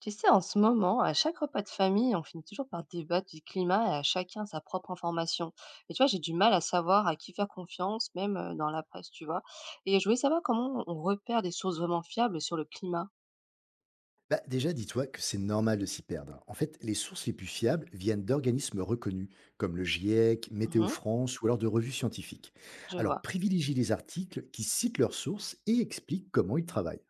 Tu sais, en ce moment, à chaque repas de famille, on finit toujours par débattre du climat et à chacun sa propre information. Et tu vois, j'ai du mal à savoir à qui faire confiance, même dans la presse, tu vois. Et je voulais savoir comment on repère des sources vraiment fiables sur le climat. Bah, déjà, dis-toi que c'est normal de s'y perdre, hein. En fait, les sources les plus fiables viennent d'organismes reconnus, comme le GIEC, Météo Mhm, France ou alors de revues scientifiques. je Alors, vois. privilégie les articles qui citent leurs sources et expliquent comment ils travaillent.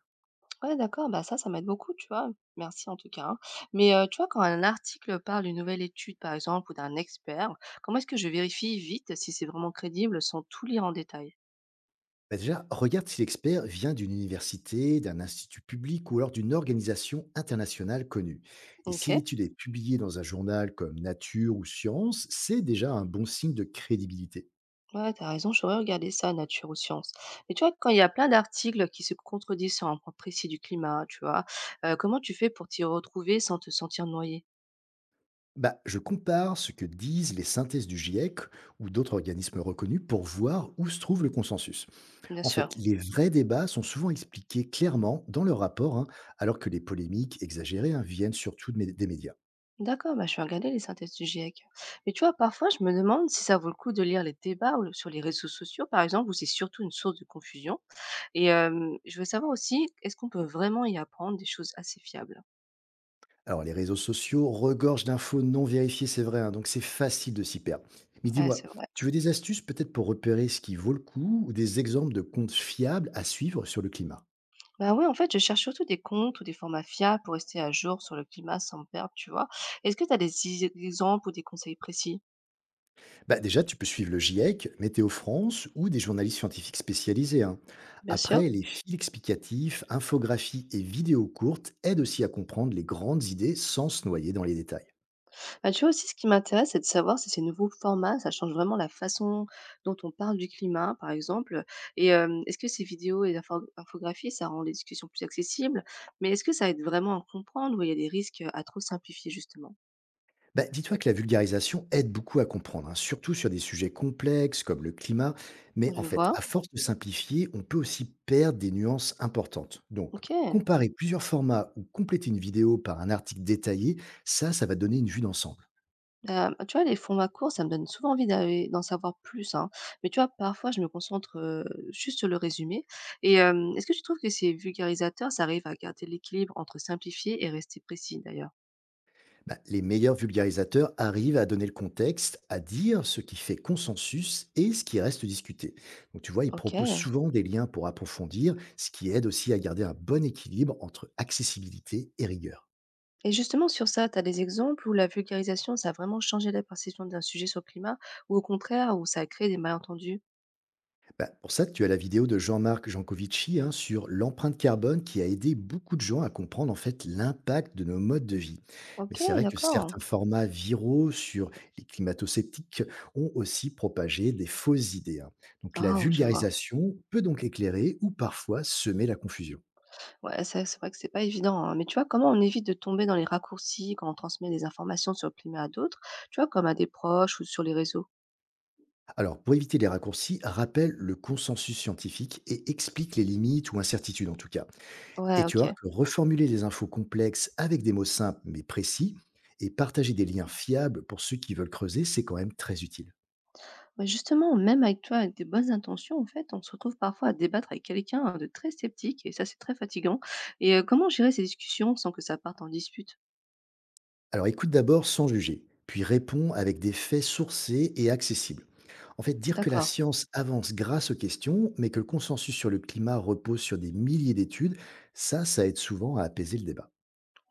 Ouais, d'accord, bah ça, ça m'aide beaucoup, tu vois. Merci en tout cas, hein. Mais tu vois, quand un article parle d'une nouvelle étude, par exemple, ou d'un expert, comment est-ce que je vérifie vite si c'est vraiment crédible sans tout lire en détail? Bah, déjà, regarde si l'expert vient d'une université, d'un institut public ou alors d'une organisation internationale connue. Et Ok. si l'étude est publiée dans un journal comme Nature ou Science, c'est déjà un bon signe de crédibilité. Ouais, t'as raison, j'aurais regardé ça, Nature ou Science. Mais tu vois, quand il y a plein d'articles qui se contredisent sur un point précis du climat, tu vois, comment tu fais pour t'y retrouver sans te sentir noyé? Bah, je compare ce que disent les synthèses du GIEC ou d'autres organismes reconnus pour voir où se trouve le consensus. Bien En fait, sûr. les vrais débats sont souvent expliqués clairement dans leur rapport, hein, alors que les polémiques exagérées hein, viennent surtout des médias. D'accord, bah, je vais regarder les synthèses du GIEC. Mais tu vois, parfois, je me demande si ça vaut le coup de lire les débats ou sur les réseaux sociaux, par exemple, où c'est surtout une source de confusion. Et je veux savoir aussi, est-ce qu'on peut vraiment y apprendre des choses assez fiables? Alors, les réseaux sociaux regorgent d'infos non vérifiées, c'est vrai, hein, donc c'est facile de s'y perdre. Mais Ouais, dis-moi, c'est vrai. tu veux des astuces peut-être pour repérer ce qui vaut le coup ou des exemples de comptes fiables à suivre sur le climat. Bah ouais, en fait, je cherche surtout des comptes ou des formats fiables pour rester à jour sur le climat sans me perdre, tu vois. Est-ce que tu as des exemples ou des conseils précis? Bah, déjà, tu peux suivre le GIEC, Météo France ou des journalistes scientifiques spécialisés, hein. Bien Après, sûr. les fils explicatifs, infographies et vidéos courtes aident aussi à comprendre les grandes idées sans se noyer dans les détails. Bah, tu vois aussi, ce qui m'intéresse, c'est de savoir si ces nouveaux formats, ça change vraiment la façon dont on parle du climat, par exemple. Et est-ce que ces vidéos et infographies, ça rend les discussions plus accessibles? Mais est-ce que ça aide vraiment à comprendre ou il y a des risques à trop simplifier, justement? Bah, dis-toi que la vulgarisation aide beaucoup à comprendre, hein, surtout sur des sujets complexes comme le climat, mais en Je fait, à vois. force de simplifier, on peut aussi perdre des nuances importantes. Donc, Ok. comparer plusieurs formats ou compléter une vidéo par un article détaillé, ça va te donner une vue d'ensemble. Tu vois, les formats courts, ça me donne souvent envie d'en savoir plus, hein. Mais tu vois, parfois, je me concentre, juste sur le résumé et est-ce que tu trouves que ces vulgarisateurs, ça arrive à garder l'équilibre entre simplifier et rester précis, d'ailleurs? Bah, les meilleurs vulgarisateurs arrivent à donner le contexte, à dire ce qui fait consensus et ce qui reste discuté. Donc tu vois, ils proposent OK. souvent des liens pour approfondir, ce qui aide aussi à garder un bon équilibre entre accessibilité et rigueur. Et justement, sur ça, tu as des exemples où la vulgarisation, ça a vraiment changé la perception d'un sujet sur le climat ou au contraire, où ça a créé des malentendus? Bah, pour ça, tu as la vidéo de Jean-Marc Jancovici hein, sur l'empreinte carbone qui a aidé beaucoup de gens à comprendre en fait l'impact de nos modes de vie. Mais c'est OK, vrai que d'accord. certains formats viraux sur les climato-sceptiques ont aussi propagé des fausses idées, hein. Donc la Ah, je vois. vulgarisation peut donc éclairer ou parfois semer la confusion. Ouais, c'est vrai que c'est pas évident, hein, mais tu vois, comment on évite de tomber dans les raccourcis quand on transmet des informations sur le climat à d'autres, tu vois, comme à des proches ou sur les réseaux? Alors pour éviter les raccourcis, rappelle le consensus scientifique et explique les limites ou incertitudes en tout cas. Et Ouais, tu vois ok. que reformuler des infos complexes avec des mots simples mais précis et partager des liens fiables pour ceux qui veulent creuser, c'est quand même très utile. Ouais, justement, même avec toi, avec des bonnes intentions, en fait, on se retrouve parfois à débattre avec quelqu'un, hein, de très sceptique, et ça, c'est très fatigant. Et comment gérer ces discussions sans que ça parte en dispute? Alors écoute d'abord sans juger, puis réponds avec des faits sourcés et accessibles. En fait, dire que la D'accord. science avance grâce aux questions, mais que le consensus sur le climat repose sur des milliers d'études, ça aide souvent à apaiser le débat.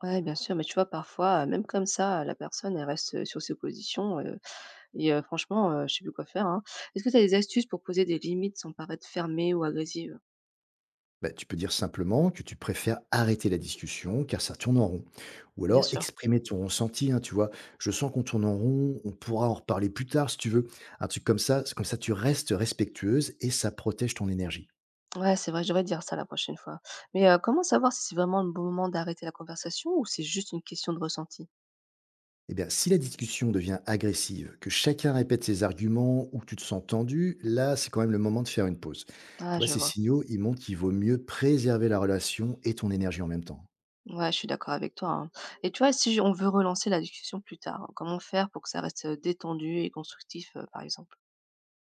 Ouais, bien sûr, mais tu vois, parfois, même comme ça, la personne, elle reste sur ses positions, et franchement, je sais plus quoi faire, hein. Est-ce que tu as des astuces pour poser des limites sans paraître fermée ou agressive? Bah, tu peux dire simplement que tu préfères arrêter la discussion car ça tourne en rond. Ou Bien alors sûr. exprimer ton ressenti, hein, tu vois. Je sens qu'on tourne en rond, on pourra en reparler plus tard si tu veux. Un truc comme ça, c'est comme ça tu restes respectueuse et ça protège ton énergie. Ouais, c'est vrai, je devrais dire ça la prochaine fois. Mais comment savoir si c'est vraiment le bon moment d'arrêter la conversation ou c'est juste une question de ressenti? Eh bien, si la discussion devient agressive, que chacun répète ses arguments ou que tu te sens tendu, là, c'est quand même le moment de faire une pause. Tu Ah, vois, je ces vois. signaux, ils montrent qu'il vaut mieux préserver la relation et ton énergie en même temps. Ouais, je suis d'accord avec toi, hein. Et tu vois, si on veut relancer la discussion plus tard, hein, comment faire pour que ça reste, détendu et constructif, par exemple?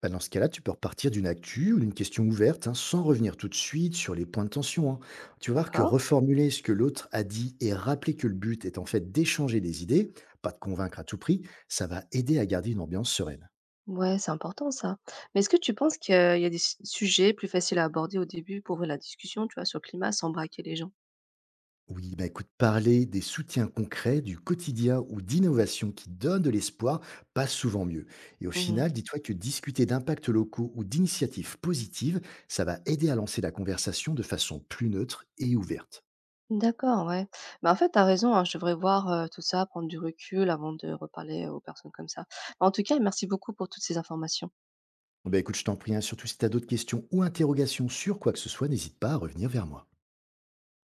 Bah, dans ce cas-là, tu peux repartir d'une actu ou d'une question ouverte, hein, sans revenir tout de suite sur les points de tension, hein. Tu vas voir que D'accord. reformuler ce que l'autre a dit et rappeler que le but est en fait d'échanger des idées, pas de convaincre à tout prix, ça va aider à garder une ambiance sereine. Ouais, c'est important ça. Mais est-ce que tu penses qu'il y a des s sujets plus faciles à aborder au début pour ouvrir la discussion, tu vois, sur le climat sans braquer les gens? Oui, bah écoute, parler des soutiens concrets, du quotidien ou d'innovations qui donnent de l'espoir passe souvent mieux. Et au Mmh. final, dis-toi que discuter d'impacts locaux ou d'initiatives positives, ça va aider à lancer la conversation de façon plus neutre et ouverte. D'accord, ouais. Mais en fait, t'as raison, hein, je devrais voir, tout ça, prendre du recul avant de reparler aux personnes comme ça. Bah, en tout cas, merci beaucoup pour toutes ces informations. Bah écoute, je t'en prie, hein, surtout si tu as d'autres questions ou interrogations sur quoi que ce soit, n'hésite pas à revenir vers moi.